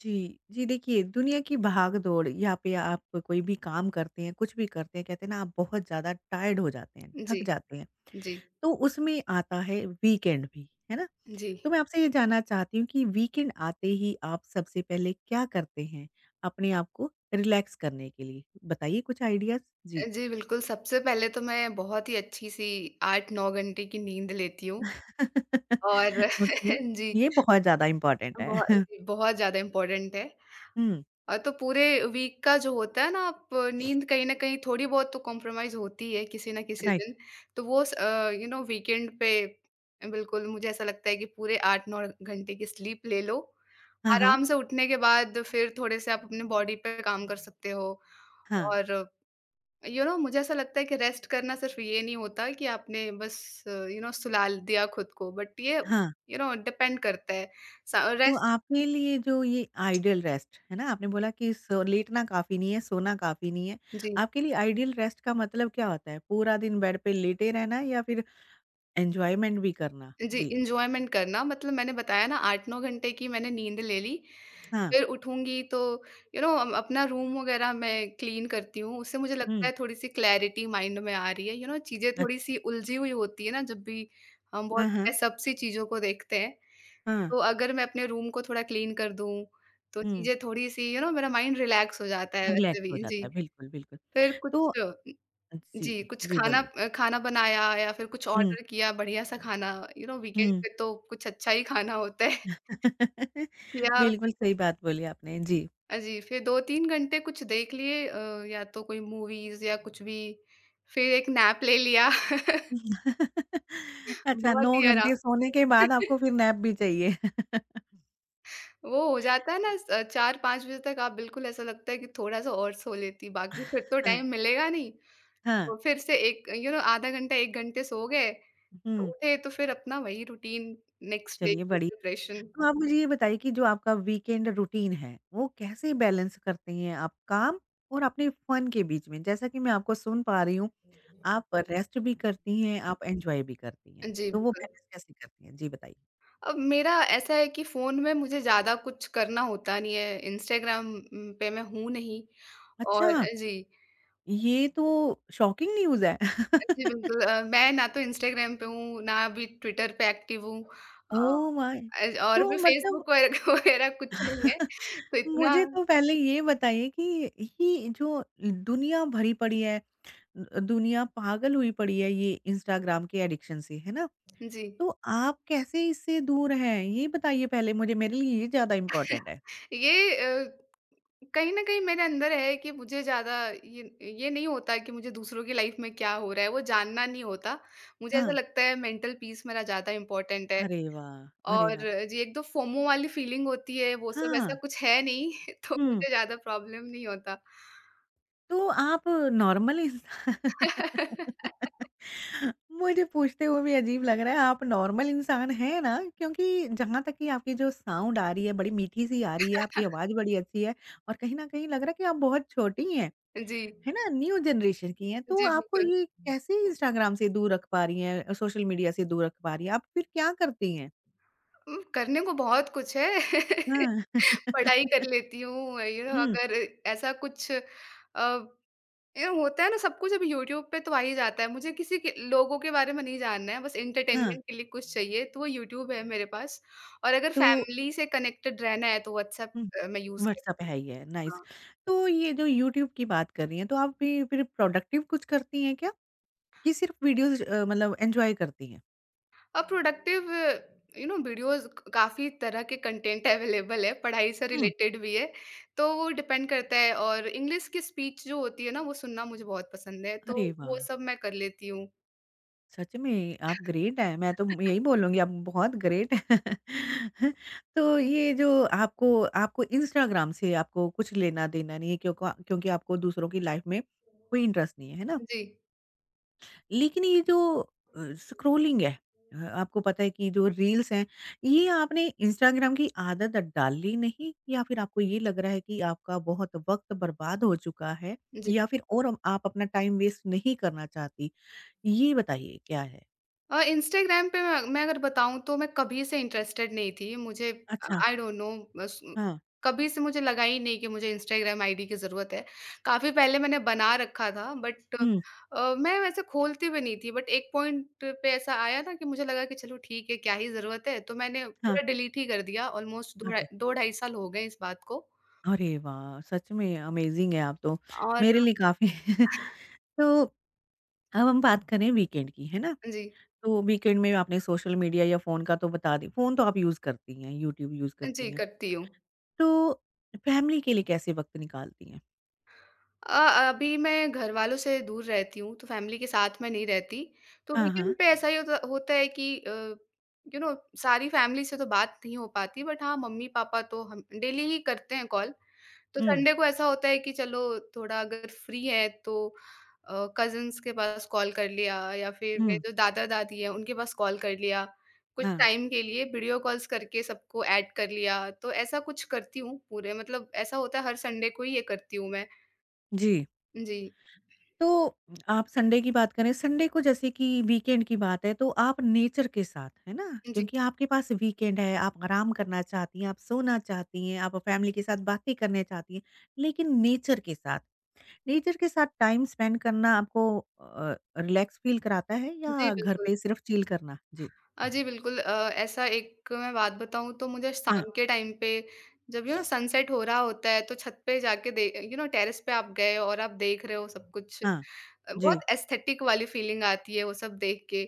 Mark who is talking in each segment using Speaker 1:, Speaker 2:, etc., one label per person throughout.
Speaker 1: जी, जी देखिए, दुनिया की भाग-दौड़ यहाँ पे आप कोई भी काम करते हैं, कुछ भी करते हैं, कहते हैं ना आप बहुत ज़्यादा टायर्ड हो जाते हैं,
Speaker 2: जी,
Speaker 1: थक जाते हैं,
Speaker 2: जी,
Speaker 1: तो उसमें आता है वीकेंड भी, है ना?
Speaker 2: जी।
Speaker 1: तो मैं आपसे ये जानना चाहती हूँ कि वीकेंड आते ही आप सबसे पहले क्या करते हैं, अपने आप को रिलैक्स करने के लिए? बताइए कुछ आइडियाज़? जी।
Speaker 2: जी, बिल्कुल, सबसे पहले तो मैं बहुत ही अच्छी-सी 8-9 घंटे की नींद लेती हूँ। और
Speaker 1: ओके,
Speaker 2: जी,
Speaker 1: ये बहुत ज़्यादा इम्पोर्टेंट
Speaker 2: बहु
Speaker 1: है।
Speaker 2: जी, बहुत ज़्यादा इम्पोर्टेंट है।
Speaker 1: हुँ,
Speaker 2: तो पूरे वीक का जो होता है ना, आप नींद कहीं न कहीं थोड़ी बहुत तो कॉम्प्रोमाइज़ होती है किसी न किसी
Speaker 1: राइट।
Speaker 2: दिन। तो वो स अ, यू नो वीकेंड पे बिल्कुल मुझे ऐसा लगता है कि पूरे 8-9 घंटे की स्लीप ले लो।
Speaker 1: हाँ, हाँ।
Speaker 2: आराम से उठने के बाद फिर थोड़े-से आप अपने बॉडी पे काम कर सकते हो।
Speaker 1: हाँ,
Speaker 2: और मुझे ऐसा लगता है कि रेस्ट करना सिर्फ ये नहीं होता कि आपने बस सुलाल दिया खुद को, बट ये
Speaker 1: हाँ।
Speaker 2: डिपेंड करता है
Speaker 1: तो
Speaker 2: रेस्ट।
Speaker 1: आपके लिए जो ये आइडियल रेस्ट है ना आपने बोला कि सो लेटना काफ़ी नहीं है, सोना काफ़ी नहीं है।
Speaker 2: जी,
Speaker 1: आपके लिए आइडियल रेस्ट का मतलब क्या होता है? पूरा दिन बेड पे लेटे रहना या फिर एन्जॉयमेंट भी करना?
Speaker 2: जी।
Speaker 1: जी।
Speaker 2: इंजॉयमेंट करना, मतलब मैंने बताया ना, 8-9 घंटे की मैंने नींद ले ली।
Speaker 1: हाँ।
Speaker 2: फिर उठूंगी तो यू नो अपना रूम वगैरह मैं क्लीन करती हूँ। उससे मुझे लगता
Speaker 1: हुँ।
Speaker 2: है थोड़ी सी क्लैरिटी माइंड में आ रही है। चीजें थोड़ी
Speaker 1: अच्छा।
Speaker 2: सी उलझी हुई होती है ना, जब भी हम
Speaker 1: हाँ, हाँ।
Speaker 2: बहुत सब सी चीजों को देखते हैं।
Speaker 1: हाँ।
Speaker 2: तो अगर मैं अपने रूम को थोड़ा क्लीन कर दूँ, तो
Speaker 1: हुँ।
Speaker 2: चीज़ें थोड़ी-सी, मेरा माइंड रिलैक्स हो जाता है वैसे
Speaker 1: रिलैक्स हो
Speaker 2: भी।
Speaker 1: जाता
Speaker 2: जी।
Speaker 1: है। बिल्कुल, बिल्कुल।
Speaker 2: फिर कुछ
Speaker 1: तो जी,
Speaker 2: जी, कुछ
Speaker 1: जी
Speaker 2: खाना,
Speaker 1: बोलिए।
Speaker 2: खाना बनाया या फिर कुछ
Speaker 1: हुँ,
Speaker 2: ऑर्डर किया बढ़िया-सा खाना। वीकेंड
Speaker 1: हुँ।
Speaker 2: पे तो कुछ अच्छा ही खाना होता है। किया
Speaker 1: बिल्कुल सही बात बोली आपने। जी।
Speaker 2: जी, फिर 2-3 घंटे कुछ देख लिए, या तो कोई मूवीज़ या कुछ भी। फिर एक नैप ले लिया।
Speaker 1: अच्छा
Speaker 2: बहुत
Speaker 1: 9
Speaker 2: ही आराम
Speaker 1: घंटे सोने के
Speaker 2: से।
Speaker 1: बाद आपको फिर नैप भी चाहिए।
Speaker 2: वो हो जाता है ना, स 4-5 बजे तक आप बिल्कुल, ऐसा लगता है कि थोड़ा-सा और सो लेती, बाकी फिर तो
Speaker 1: हाँ।
Speaker 2: टाइम मिलेगा नहीं।
Speaker 1: हाँ।
Speaker 2: तो फिर से एक आधा घंटा 1 घंटे सो गए, तो
Speaker 1: हुँ।
Speaker 2: उठे तो फिर अपना वही रूटीन, नेक्स्ट डे
Speaker 1: चलिए
Speaker 2: की
Speaker 1: बड़ी,
Speaker 2: प्रिपरेशन।
Speaker 1: तो आप मुझे ये बताइए कि जो आपका वीकेंड रूटीन है, वो कैसे बैलेंस करते हैं आप काम और अपने फन के बीच में? जैसा कि मैं आपको सुन पा रही हूँ, आप रेस्ट भी करती हैं, आप एन्जॉय भी करती हैं,
Speaker 2: जी,
Speaker 1: तो वो
Speaker 2: बिल्कुल।
Speaker 1: बैलेंस कैसे करती हैं? जी बताइए।
Speaker 2: अब मेरा ऐसा है कि फ़ोन में मुझे ज़्यादा कुछ करना होता नहीं है, इंस्टाग्राम पे मैं हूँ नहीं। और
Speaker 1: अच्छा,
Speaker 2: जी,
Speaker 1: ये तो शॉकिंग न्यूज़ है।
Speaker 2: जी, बिल्कुल। मैं ना तो इंस्टाग्राम पे हूँ, ना अभी ट्विटर पे एक्टिव हूँ। अ,
Speaker 1: ओह माय!
Speaker 2: अज
Speaker 1: तो
Speaker 2: और भी
Speaker 1: मतलब,
Speaker 2: फेसबुक वग वगैरह कुछ नहीं है, तो इतना
Speaker 1: मुझे तो पहले ये बताइए कि ये जो दुनिया भरी पड़ी है, दुनिया पागल हुई पड़ी है ये इंस्टाग्राम के एडिक्शन से, है ना?
Speaker 2: जी।
Speaker 1: तो आप कैसे इससे दूर हैं? ये बताइए पहले मुझे, मेरे लिए ये ज़्यादा इम्पोर्टेंट है।
Speaker 2: ये, कहीं न कहीं मेरे अंदर है कि मुझे ज़्यादा ये नहीं होता कि मुझे दूसरों की लाइफ़ में क्या हो रहा है, वो जानना नहीं होता। मुझे ऐसा
Speaker 1: हाँ,
Speaker 2: लगता है मेंटल पीस मेरा ज़्यादा इम्पोर्टेंट है।
Speaker 1: अरे वाह! अरे
Speaker 2: और
Speaker 1: वाह!
Speaker 2: जी, एक तो फोमो वाली फीलिंग होती है, वो सब
Speaker 1: हाँ,
Speaker 2: ऐसा कुछ है नहीं, तो
Speaker 1: हुँ,
Speaker 2: मुझे ज़्यादा प्रॉब्लम नहीं होता।
Speaker 1: तो आप नॉर्मल इंसान। मुझे पूछते हुए भी अजीब लग रहा है, आप नॉर्मल इंसान हैं ना? क्योंकि जहाँ तक कि आपकी जो साउंड आ रही है बड़ी मीठी-सी आ रही है, आपकी आवाज़ बड़ी अच्छी है और कहीं न कहीं लग रहा है कि आप बहुत छोटी हैं।
Speaker 2: जी।
Speaker 1: है ना? न्यू जनरेशन की हैं, तो
Speaker 2: जी,
Speaker 1: आपको
Speaker 2: बिल्कुल।
Speaker 1: ये कैसे इंस्टाग्राम से दूर रख पा रही हैं, सोशल मीडिया से दूर रख पा रही हैं? आप फिर क्या करती हैं?
Speaker 2: करने को बहुत कुछ है।
Speaker 1: हाँ।
Speaker 2: पढ़ाई कर लेती हूँ। यू नो
Speaker 1: हुँ,
Speaker 2: अगर ऐसा कुछ अ ये होता है ना, सब कुछ अभी यूट्यूब पे तो आ ही जाता है। मुझे किसी के लोगों के बारे में नहीं जानना है, बस
Speaker 1: हाँ,
Speaker 2: एंटरटेनमेंट के लिए कुछ चाहिए तो वो यूट्यूब है मेरे पास। और अगर
Speaker 1: तो
Speaker 2: फैमिली से कनेक्टेड रहना है तो व्हाट्सएप,
Speaker 1: हुँ,
Speaker 2: मैं यूज़
Speaker 1: व्हाट्सएप
Speaker 2: करती हूँ।
Speaker 1: है ही है, नाइस।
Speaker 2: हाँ,
Speaker 1: तो ये जो यूट्यूब की बात कर रही हैं, तो आप भी फिर प्रोडक्टिव कुछ करती हैं क्या? ये सिर्फ़ वीडियोज़ मतलब एन्जॉय करती हैं।
Speaker 2: और प्रोडक्टिव, वीडियोज़, क काफ़ी तरह के कंटेंट अवेलेबल है, पढ़ाई से
Speaker 1: हुँ,
Speaker 2: रिलेटेड भी है, तो वो डिपेंड करता है। और इंग्लिश की स्पीच जो होती है ना, वो सुनना मुझे बहुत पसंद है, तो
Speaker 1: अरे वाह!
Speaker 2: वो सब मैं कर लेती हूँ।
Speaker 1: सच में आप ग्रेट हैं, मैं तो यही बोलूँगी आप बहुत ग्रेट हैं। तो ये जो आपको आपको इंस्टाग्राम से आपको कुछ लेना-देना नहीं है, क्योंकि क्योंकि आपको दूसरों की लाइफ़ में कोई इंटरेस्ट नहीं है, है ना?
Speaker 2: जी।
Speaker 1: लेकिन ये जो स्क्रॉलिंग है, आपको पता है कि जो रील्स हैं, ये आपने इंस्टाग्राम की आदत डाली नहीं या फिर आपको ये लग रहा है कि आपका बहुत वक़्त बर्बाद हो चुका है
Speaker 2: जी।
Speaker 1: या फिर और आप अपना टाइम वेस्ट नहीं करना चाहती? ये बताइए क्या है?
Speaker 2: इंस्टाग्राम पे मैं अगर बताऊँ तो मैं कभी से इंटरेस्टेड नहीं थी। मुझे
Speaker 1: अच्छा,
Speaker 2: आई डोंट नो, बस
Speaker 1: हाँ।
Speaker 2: कभी से मुझे लगा ही नहीं कि मुझे इंस्टाग्राम आईडी की ज़रूरत है। काफ़ी पहले मैंने बना रखा था, बट
Speaker 1: हुँ,
Speaker 2: मैं वैसे खोलती भी नहीं थी, बट एक पॉइंट पे ऐसा आया ना कि मुझे लगा कि चलो ठीक है, क्या ही ज़रूरत है? तो मैंने
Speaker 1: हाँ।
Speaker 2: पूरा डिलीट ही कर दिया, ऑलमोस्ट दो ढाई
Speaker 1: अरे!
Speaker 2: 2 ढाई साल हो गए इस बात को।
Speaker 1: अरे वाह! सच में अमेज़िंग है आप तो,
Speaker 2: और
Speaker 1: मेरे लिए काफ़ी।
Speaker 2: हाँ
Speaker 1: तो अब हम बात करें वीकेंड की, है ना?
Speaker 2: जी,
Speaker 1: तो वीकेंड में आपने सोशल मीडिया या फ़ोन का तो बता दी, फ़ोन तो आप यूज़ करती हैं, यूट्यूब यूज़
Speaker 2: जी,
Speaker 1: करती हैं।
Speaker 2: करती हूँ।
Speaker 1: तो फैमिली के लिए कैसे वक़्त निकालती हैं?
Speaker 2: अ, अभी मैं घरवालों से दूर रहती हूँ, तो फैमिली के साथ मैं नहीं रहती। तो
Speaker 1: हाँ, हाँ।
Speaker 2: वीकेंड पे ऐसा ही होता होता है कि यू नो सारी फैमिली से तो बात नहीं हो पाती, बट हाँ, मम्मी-पापा तो हम डेली ही करते हैं कॉल। तो
Speaker 1: हुँ,
Speaker 2: संडे को ऐसा होता है कि चलो, थोड़ा अगर फ्री है तो कज़िन्स के पास कॉल कर लिया या फिर मेरे
Speaker 1: हुँ,
Speaker 2: जो दादा-दादी हैं, उनके पास कॉल कर लिया। कुछ
Speaker 1: हाँ,
Speaker 2: टाइम के लिए वीडियो कॉल्स करके सबको ऐड कर लिया, तो ऐसा कुछ करती हूँ पूरे, मतलब ऐसा होता है हर संडे को ही ये करती हूँ मैं।
Speaker 1: जी।
Speaker 2: जी।
Speaker 1: तो आप संडे की बात करें, संडे को जैसे कि वीकेंड की बात है तो आप नेचर के साथ, है ना?
Speaker 2: जी,
Speaker 1: क्योंकि आपके पास वीकेंड है, आप आराम करना चाहती हैं, आप सोना चाहती हैं, आप फैमिली के साथ बातें करने चाहती हैं, लेकिन नेचर के साथ। नेचर के साथ टाइम स्पेंड करना आपको रिलैक्स फ़ील कराता है
Speaker 2: जी,
Speaker 1: या घर
Speaker 2: बिल्कुल।
Speaker 1: पे सिर्फ़ चिल करना? जी।
Speaker 2: जी, बिल्कुल। ऐसा एक मैं बात बताऊँ तो मुझे
Speaker 1: हाँ,
Speaker 2: शाम के टाइम पे जब सनसेट हो रहा होता है तो छत पे जाके, दे यू नो टेरेस पे आप गए और आप देख रहे हो सब कुछ,
Speaker 1: हाँ। जी।
Speaker 2: बहुत एस्थेटिक वाली फीलिंग आती है वो सब देख के।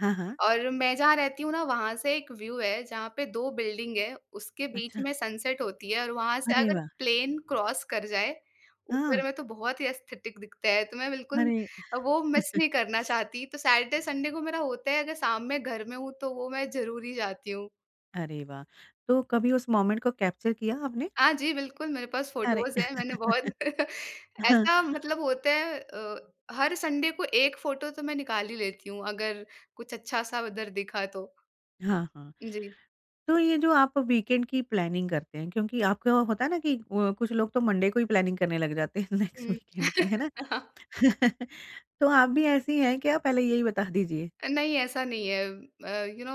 Speaker 1: हाँ, हाँ।
Speaker 2: और मैं जहाँ रहती हूँ ना, वहाँ से एक व्यू है जहाँ पे 2 बिल्डिंग है, उसके बीच
Speaker 1: अच्छा।
Speaker 2: में सनसेट होती है, और वहाँ से
Speaker 1: अरे
Speaker 2: अगर
Speaker 1: वाह!
Speaker 2: प्लेन क्रॉस कर जाए
Speaker 1: हाँ,
Speaker 2: ऊपर में, तो बहुत ही एस्थेटिक दिखता है, तो मैं बिल्कुल
Speaker 1: अरे,
Speaker 2: हुँ। वो मिस नहीं करना चाहती। तो सैटरडे, संडे को मेरा होता है, अगर शाम में घर में हूँ, तो वो मैं ज़रूर ही जाती हूँ।
Speaker 1: अरे वाह! तो कभी उस मोमेंट को कैप्चर किया आपने?
Speaker 2: हाँ जी, बिल्कुल, मेरे पास
Speaker 1: अरे!
Speaker 2: फ़ोटोज़ हैं, मैंने बहुत
Speaker 1: हाँ।
Speaker 2: ऐसा, मतलब होता है, हर संडे को 1 फ़ोटो तो मैं निकाल ही लेती हूँ, अगर कुछ अच्छा-सा उधर दिखा तो।
Speaker 1: हाँ, हाँ।
Speaker 2: जी।
Speaker 1: तो ये जो आप वीकेंड की प्लानिंग करते हैं क्योंकि आपका होता है ना कि कुछ लोग तो मंडे को ही प्लानिंग करने लग जाते हैं नेक्स्ट
Speaker 2: हुँ।
Speaker 1: वीकेंड की, है ना? तो आप भी ऐसी हैं क्या? पहले यही बता दीजिए।
Speaker 2: नहीं, ऐसा नहीं है। अ, यू नो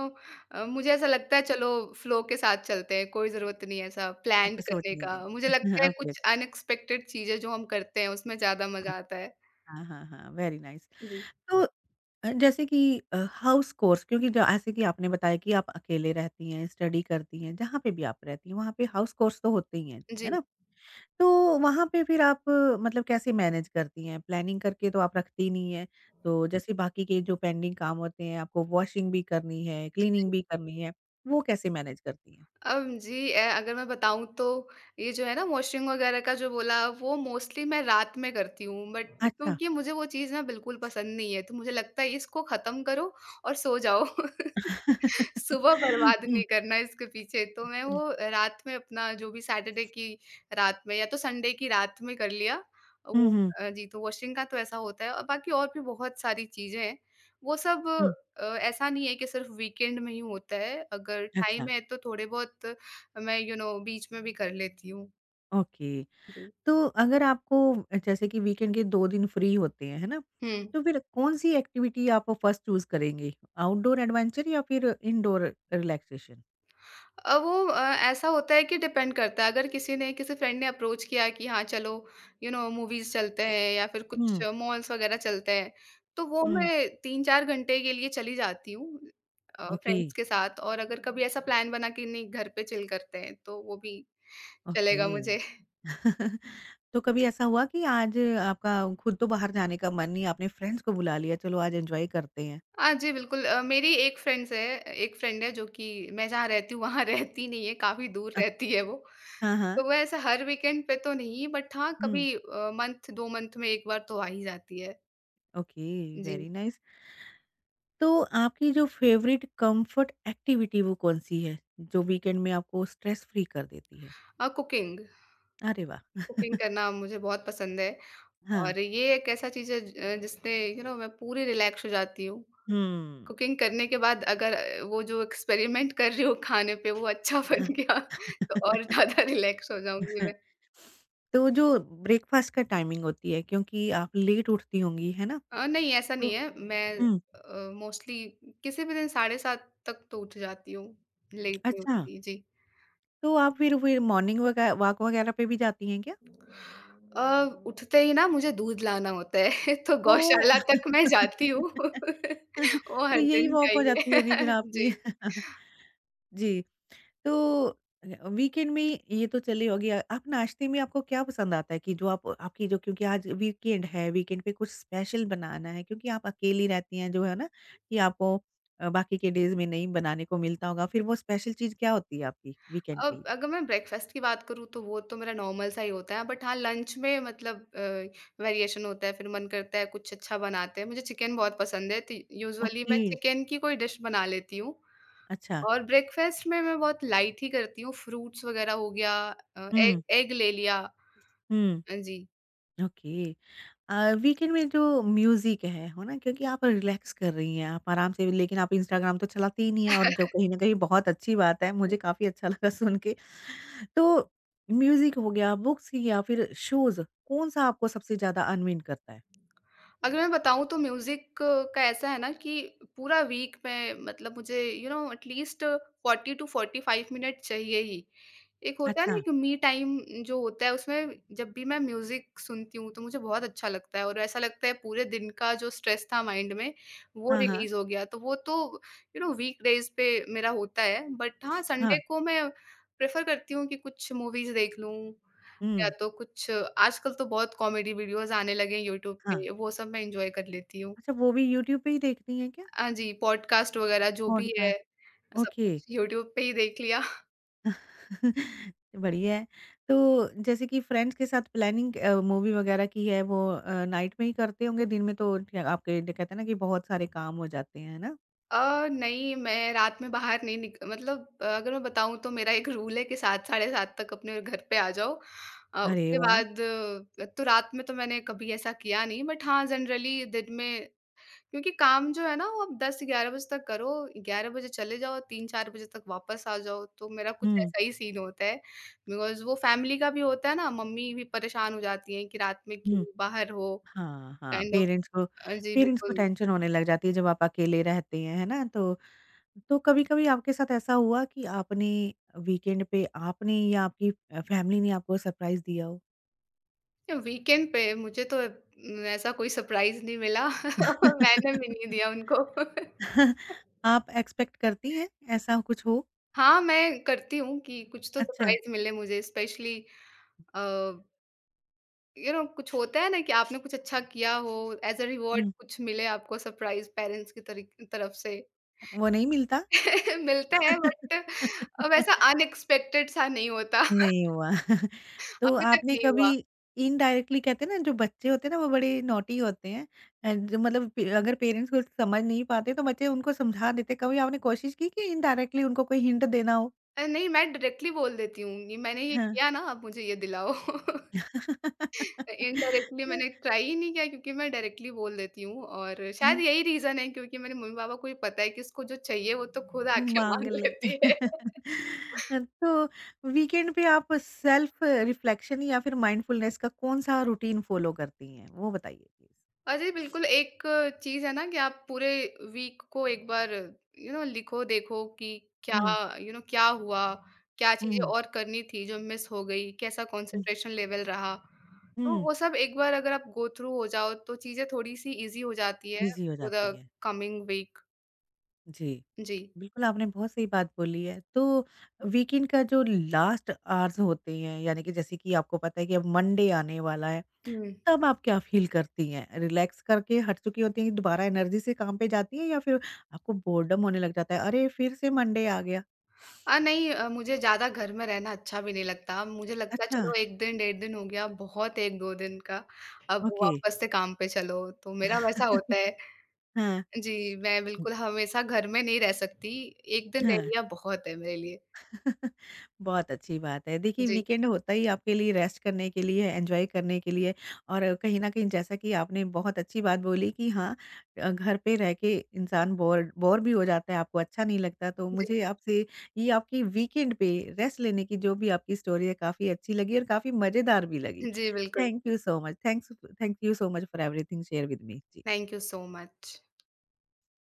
Speaker 2: मुझे ऐसा लगता है चलो, फ्लो के साथ चलते हैं, कोई ज़रूरत नहीं है ऐसा
Speaker 1: अच्छा,
Speaker 2: प्लान्ड
Speaker 1: सोच
Speaker 2: करने
Speaker 1: लेंगे।
Speaker 2: का। मुझे लगता है
Speaker 1: ओके।
Speaker 2: कुछ अनएक्सपेक्टेड चीज़ें जो हम करते हैं उसमें ज़्यादा मज़ा आता है।
Speaker 1: हाँ, हाँ, हाँ, वेरी नाइस।
Speaker 2: जी,
Speaker 1: तो जैसे कि हाउस कोर्स, क्योंकि जैसे कि आपने बताया कि आप अकेले रहती हैं, स्टडी करती हैं, जहाँ पे भी आप रहती हैं, वहाँ पे हाउस कोर्स तो होते ही हैं, है
Speaker 2: जी।
Speaker 1: ना? तो वहाँ पे फिर आप मतलब कैसे मैनेज करती हैं? प्लानिंग करके तो आप रखती नहीं हैं, तो जैसे बाकी के जो पेंडिंग काम होते हैं, आपको वॉशिंग भी करनी है, क्लीनिंग भी करनी है, वो कैसे मैनेज करती हैं?
Speaker 2: अब जी, अगर मैं बताऊँ तो ये जो है ना, वॉशिंग वगैरह का जो बोला, वो मोस्टली मैं रात में करती हूँ, बट
Speaker 1: अच्छा।
Speaker 2: क्योंकि मुझे वो चीज़ ना बिल्कुल पसंद नहीं है, तो मुझे लगता है इसको ख़त्म करो और सो जाओ। सुबह बर्बाद
Speaker 1: हुँ,
Speaker 2: नहीं करना इसके पीछे, तो मैं
Speaker 1: हुँ।
Speaker 2: वो रात में अपना जो भी सैटरडे की रात में, या तो संडे की रात में कर लिया।
Speaker 1: हुँ,
Speaker 2: वो,
Speaker 1: हुँ,
Speaker 2: जी, तो वॉशिंग का तो ऐसा होता है। और बाकी और भी बहुत सारी चीज़ें हैं। वो सब,
Speaker 1: हुँ।
Speaker 2: ऐसा नहीं है कि सिर्फ वीकेंड में ही होता है, अगर
Speaker 1: अच्छा,
Speaker 2: टाइम है तो थोड़े बहुत मैं, बीच में भी कर लेती हूँ।
Speaker 1: ओके।
Speaker 2: जी।
Speaker 1: तो अगर आपको, जैसे कि वीकेंड के 2 दिन फ्री होते हैं, है ना?
Speaker 2: हुँ।
Speaker 1: तो फिर कौन-सी एक्टिविटी आप फर्स्ट चूज़ करेंगे? आउटडोर एडवेंचर या फिर इनडोर रिलैक्सेशन?
Speaker 2: अ, वो अ, ऐसा होता है कि डिपेंड करता है, अगर किसी ने, किसी फ्रेंड ने अप्रोच किया कि हाँ, चलो, मूवीज़ चलते हैं या फिर कुछ
Speaker 1: हुँ,
Speaker 2: मॉल्स वगैरह चलते हैं, तो वो
Speaker 1: हुँ।
Speaker 2: मैं 3-4 घंटे के लिए चली जाती हूँ,
Speaker 1: ओके,
Speaker 2: फ्रेंड्स के साथ। और अगर कभी ऐसा प्लान बना कि नहीं, घर पे चिल करते हैं, तो वो भी चलेगा
Speaker 1: ओके।
Speaker 2: मुझे।
Speaker 1: तो कभी ऐसा हुआ कि आज आपका खुद तो बाहर जाने का मन नहीं, आपने फ्रेंड्स को बुला लिया, चलो आज एन्जॉय करते हैं?
Speaker 2: हाँ जी, बिल्कुल। अ, मेरी एक फ्रेंड्स है एक फ्रेंड है जो कि मैं जहाँ रहती हूँ वहाँ रहती नहीं है, काफ़ी दूर
Speaker 1: अ,
Speaker 2: रहती है वो।
Speaker 1: हाँ, हाँ।
Speaker 2: तो वो ऐसा हर वीकेंड पे तो नहीं, बट हाँ,
Speaker 1: हुँ।
Speaker 2: कभी मंथ 2 मंथ में 1 बार तो आ ही जाती है।
Speaker 1: ओके,
Speaker 2: जी।
Speaker 1: Very nice. तो आपकी जो फेवरेट कम्फर्ट एक्टिविटी वो कौन-सी है, जो वीकेंड में आपको स्ट्रेस फ्री कर देती है?
Speaker 2: कुकिंग।
Speaker 1: अरे वाह!
Speaker 2: कुकिंग करना मुझे बहुत पसंद है,
Speaker 1: हाँ,
Speaker 2: और ये एक ऐसा चीज़ है ज जिसने, मैं पूरी रिलैक्स हो जाती हूँ।
Speaker 1: हुँ।
Speaker 2: कुकिंग करने के बाद अगर, वो जो एक्सपेरिमेंट कर रही हूँ खाने पे वो अच्छा
Speaker 1: हाँ।
Speaker 2: बन गया, तो और ज़्यादा रिलैक्स हो जाऊँगी मैं।
Speaker 1: तो जो ब्रेकफ़ास्ट का टाइमिंग होती है, क्योंकि आप लेट उठती होंगी, है ना?
Speaker 2: नहीं, ऐसा
Speaker 1: तो
Speaker 2: नहीं है। मैं
Speaker 1: हुँ,
Speaker 2: मोस्टली किसी भी दिन साढ़े 7 तक तो उठ जाती हूँ, लेट नहीं
Speaker 1: अच्छा।
Speaker 2: उठती। जी।
Speaker 1: तो आप फिर मॉर्निंग वगै वॉक वगैरह पे भी जाती हैं क्या?
Speaker 2: उठते ही ना, मुझे दूध लाना होता है तो
Speaker 1: तो
Speaker 2: गौशाला तक मैं जाती हूँ। वो
Speaker 1: तो
Speaker 2: हर
Speaker 1: यही
Speaker 2: दिन का
Speaker 1: वॉक हो
Speaker 2: ही
Speaker 1: जाती
Speaker 2: है।
Speaker 1: होगी फिर आपकी।
Speaker 2: जी।
Speaker 1: जी। तो वीकेंड में ये तो चली होगी, आप नाश्ते में आपको क्या पसंद आता है कि जो आप आपकी जो, क्योंकि आज वीकेंड है, वीकेंड पे कुछ स्पेशल बनाना है क्योंकि आप अकेली रहती हैं, जो है ना कि आपको बाकी के डेज़ में नहीं बनाने को मिलता होगा, फिर वो स्पेशल चीज़ क्या होती है आपकी वीकेंड के
Speaker 2: अब
Speaker 1: लिए?
Speaker 2: अगर मैं ब्रेकफ़ास्ट की बात करूँ तो वो तो मेरा नॉर्मल सा ही होता है, बट हाँ, लंच में मतलब, वेरिएशन होता है, फिर मन करता है कुछ अच्छा बनाते हैं। मुझे चिकन बहुत पसंद है, तो यूजुअली
Speaker 1: ओके,
Speaker 2: मैं चिकन की कोई डिश बना लेती हूँ।
Speaker 1: अच्छा।
Speaker 2: और ब्रेकफ़ास्ट में मैं बहुत लाइट ही करती हूँ। फ्रूट्स वग़ैरह हो गया,
Speaker 1: हुँ,
Speaker 2: एग एग ले लिया।
Speaker 1: हुँ।
Speaker 2: जी।
Speaker 1: ओके। वीकेंड में जो म्यूज़िक है ना? क्योंकि आप रिलैक्स कर रही हैं, आप आराम से, लेकिन आप इंस्टाग्राम तो चलाती ही नहीं हैं और जो कहीं न कहीं बहुत अच्छी बात है, मुझे काफ़ी अच्छा लगा सुन के, तो म्यूजिक हो गया, बुक्स या फिर शोज़, कौन-सा आपको सबसे ज़्यादा अनविन करता है?
Speaker 2: अगर मैं बताऊँ तो म्यूज़िक का ऐसा है ना कि पूरा वीक में, मतलब मुझे एटलीस्ट 40 टू 45 मिनट चाहिए ही। एक होता है ना,
Speaker 1: अच्छा।
Speaker 2: एक मी टाइम जो होता है, उसमें जब भी मैं म्यूजिक सुनती हूँ तो मुझे बहुत अच्छा लगता है, और ऐसा लगता है पूरे दिन का जो स्ट्रेस था माइंड में, वो
Speaker 1: हाँ, हाँ।
Speaker 2: रिलीज हो गया। तो वो तो, वीक डेज पे मेरा होता है, बट हाँ, संडे
Speaker 1: हाँ,
Speaker 2: को मैं प्रेफर करती हूँ कि कुछ मूवीज देख लूँ, या
Speaker 1: हुँ।
Speaker 2: तो कुछ आजकल तो बहुत कॉमेडी वीडियोस आने लगे हैं यूट्यूब
Speaker 1: हाँ।
Speaker 2: पे, वो सब मैं एंजॉय कर लेती हूँ।
Speaker 1: अच्छा, वो भी यूट्यूब पे ही देखती हैं क्या?
Speaker 2: हाँ जी, पॉडकास्ट वगैरह जो भी है,
Speaker 1: पॉडकास्ट।
Speaker 2: सब
Speaker 1: ओके।
Speaker 2: कुछ यूट्यूब पे ही देख लिया।
Speaker 1: बढ़िया है। तो जैसे कि फ्रेंड्स के साथ प्लानिंग मूवी वगैरह की है, वो नाइट में ही करते होंगे, दिन में तो क्या आपके जो कहते हैं ना कि बहुत सारे काम हो जाते हैं, है ना?
Speaker 2: नहीं, मैं रात में बाहर नहीं निक मतलब, अगर मैं बताऊँ तो मेरा एक रूल है कि 7 साढ़े 7 तक अपने घर पे आ जाओ। अ,
Speaker 1: अरे
Speaker 2: उसके
Speaker 1: वाह!
Speaker 2: बाद तो रात में तो मैंने कभी ऐसा किया नहीं, बट हाँ, जनरली दिन में, क्योंकि काम जो है ना वो आप 10-11 बजे तक करो, 11 बजे चले जाओ, 3-4 बजे तक वापस आ जाओ, तो मेरा कुछ
Speaker 1: हुँ,
Speaker 2: ऐसा ही सीन होता है। बिकॉज़ वो फैमिली का भी होता है ना, मम्मी भी परेशान हो जाती हैं कि रात में क्यों
Speaker 1: हुँ।
Speaker 2: बाहर हो,
Speaker 1: हाँ, हाँ,
Speaker 2: काइंड ऑफ।
Speaker 1: पेरेंट्स को,
Speaker 2: जी,
Speaker 1: पेरेंट्स को
Speaker 2: बिल्कुल।
Speaker 1: टेंशन होने लग जाती है जब आप अकेले रहते हैं, है ना? तो कभी-कभी आपके साथ ऐसा हुआ कि आपने वीकेंड पे आपने या आपकी फैमिली ने आपको सरप्राइज़ दिया हो?
Speaker 2: वीकेंड पे मुझे तो ऐसा कोई सरप्राइज़ नहीं मिला, मैंने भी नहीं दिया उनको।
Speaker 1: आप एक्सपेक्ट करती हैं ऐसा कुछ हो?
Speaker 2: हाँ, मैं करती हूँ कि कुछ तो
Speaker 1: अच्छा,
Speaker 2: सरप्राइज़ मिले मुझे, स्पेशली अ, कुछ होता है ना कि आपने कुछ अच्छा किया हो, एज़ अ रिवार्ड
Speaker 1: हुँ।
Speaker 2: कुछ मिले आपको सरप्राइज़, पेरेंट्स की तरी तरफ से।
Speaker 1: वो नहीं मिलता?
Speaker 2: मिलता है बट वैसा अनएक्सपेक्टेड सा नहीं होता।
Speaker 1: नहीं हुआ। तो
Speaker 2: अभी तक
Speaker 1: आपने
Speaker 2: नहीं
Speaker 1: कभी
Speaker 2: हुआ।
Speaker 1: इनडायरेक्टली, कहते हैं ना जो बच्चे होते हैं ना वो बड़े नॉटी होते हैं। जो मतलब पे अगर पेरेंट्स कुछ समझ नहीं पाते तो बच्चे उनको समझा देते हैं। कभी आपने कोशिश की कि इनडायरेक्टली उनको कोई हिंट देना हो?
Speaker 2: नहीं, मैं डायरेक्टली बोल देती हूँ कि मैंने ये
Speaker 1: हाँ।
Speaker 2: किया ना, अब मुझे ये दिलाओ। इनडायरेक्टली मैंने ट्राई ही नहीं किया क्योंकि मैं डायरेक्टली बोल देती हूँ, और शायद
Speaker 1: हैं,
Speaker 2: यही रीज़न है क्योंकि मेरे मम्मी-पापा को भी पता है कि इसको जो चाहिए वो तो खुद आके
Speaker 1: मांग
Speaker 2: माँग
Speaker 1: ले।
Speaker 2: लेती है।
Speaker 1: तो वीकेंड पे आप सेल्फ रिफ्लेक्शन या फिर माइंडफुलनेस का कौन सा रूटीन फॉलो करती हैं, वो बताइए प्लीज।
Speaker 2: और जी, बिल्कुल। एक चीज़ है ना कि आप पूरे वीक को एक बार, लिखो, देखो कि क्या,
Speaker 1: हम्म।
Speaker 2: क्या हुआ? क्या चीज़ें
Speaker 1: हम्म।
Speaker 2: और करनी थी जो मिस हो गई? कैसा
Speaker 1: हम्म।
Speaker 2: कंसंट्रेशन लेवल रहा? तो
Speaker 1: हम्म,
Speaker 2: वो सब एक बार अगर आप गो थ्रू हो जाओ तो चीज़ें थोड़ी-सी ईज़ी हो जाती है
Speaker 1: इजी हो
Speaker 2: फॉर
Speaker 1: जाती
Speaker 2: द
Speaker 1: है।
Speaker 2: Coming week.
Speaker 1: जी,
Speaker 2: जी।
Speaker 1: बिल्कुल आपने बहुत सही बात बोली है। तो वीकेंड का जो लास्ट आवर्स होते हैं, यानी कि जैसे कि आपको पता है कि अब मंडे आने वाला है,
Speaker 2: हुँ।
Speaker 1: तब आप क्या फ़ील करती हैं? रिलैक्स करके हट चुकी होती हैं, दोबारा एनर्जी से काम पे जाती हैं या फिर आपको बोर्डम होने लग जाता है, अरे! फिर से मंडे आ गया?
Speaker 2: नहीं, मुझे ज़्यादा घर में रहना अच्छा भी नहीं लगता। मुझे लगता है
Speaker 1: अच्छा,
Speaker 2: चलो, 1 दिन, 1.5 दिन हो गया, बहुत है 1-2 दिन का, अब
Speaker 1: ओके।
Speaker 2: वापस से काम पे चलो, तो मेरा वैसा होता है।
Speaker 1: हाँ,
Speaker 2: जी, मैं
Speaker 1: उ,
Speaker 2: बिल्कुल हमेशा घर में नहीं रह सकती, 1 दिन रह
Speaker 1: हाँ।
Speaker 2: लिया बहुत है मेरे लिए।
Speaker 1: बहुत अच्छी बात है। देखिए,
Speaker 2: जी,
Speaker 1: वीकेंड होता ही आपके लिए रेस्ट करने के लिए, एन्जॉय करने के लिए और कहीं न कहीं जैसा कि आपने बहुत अच्छी बात बोली कि हाँ, घर पे रह के इंसान बोर बोर भी हो जाता है, आपको अच्छा नहीं लगता। तो
Speaker 2: जी,
Speaker 1: मुझे आपसे ये आपकी वीकेंड पे रेस्ट लेने की जो भी आपकी स्टोरी है काफ़ी अच्छी लगी और काफ़ी मज़ेदार भी लगी।
Speaker 2: जी, बिल्कुल।
Speaker 1: Thank you so much. Thank you so much for everything share with me. जी।
Speaker 2: Thank you so much.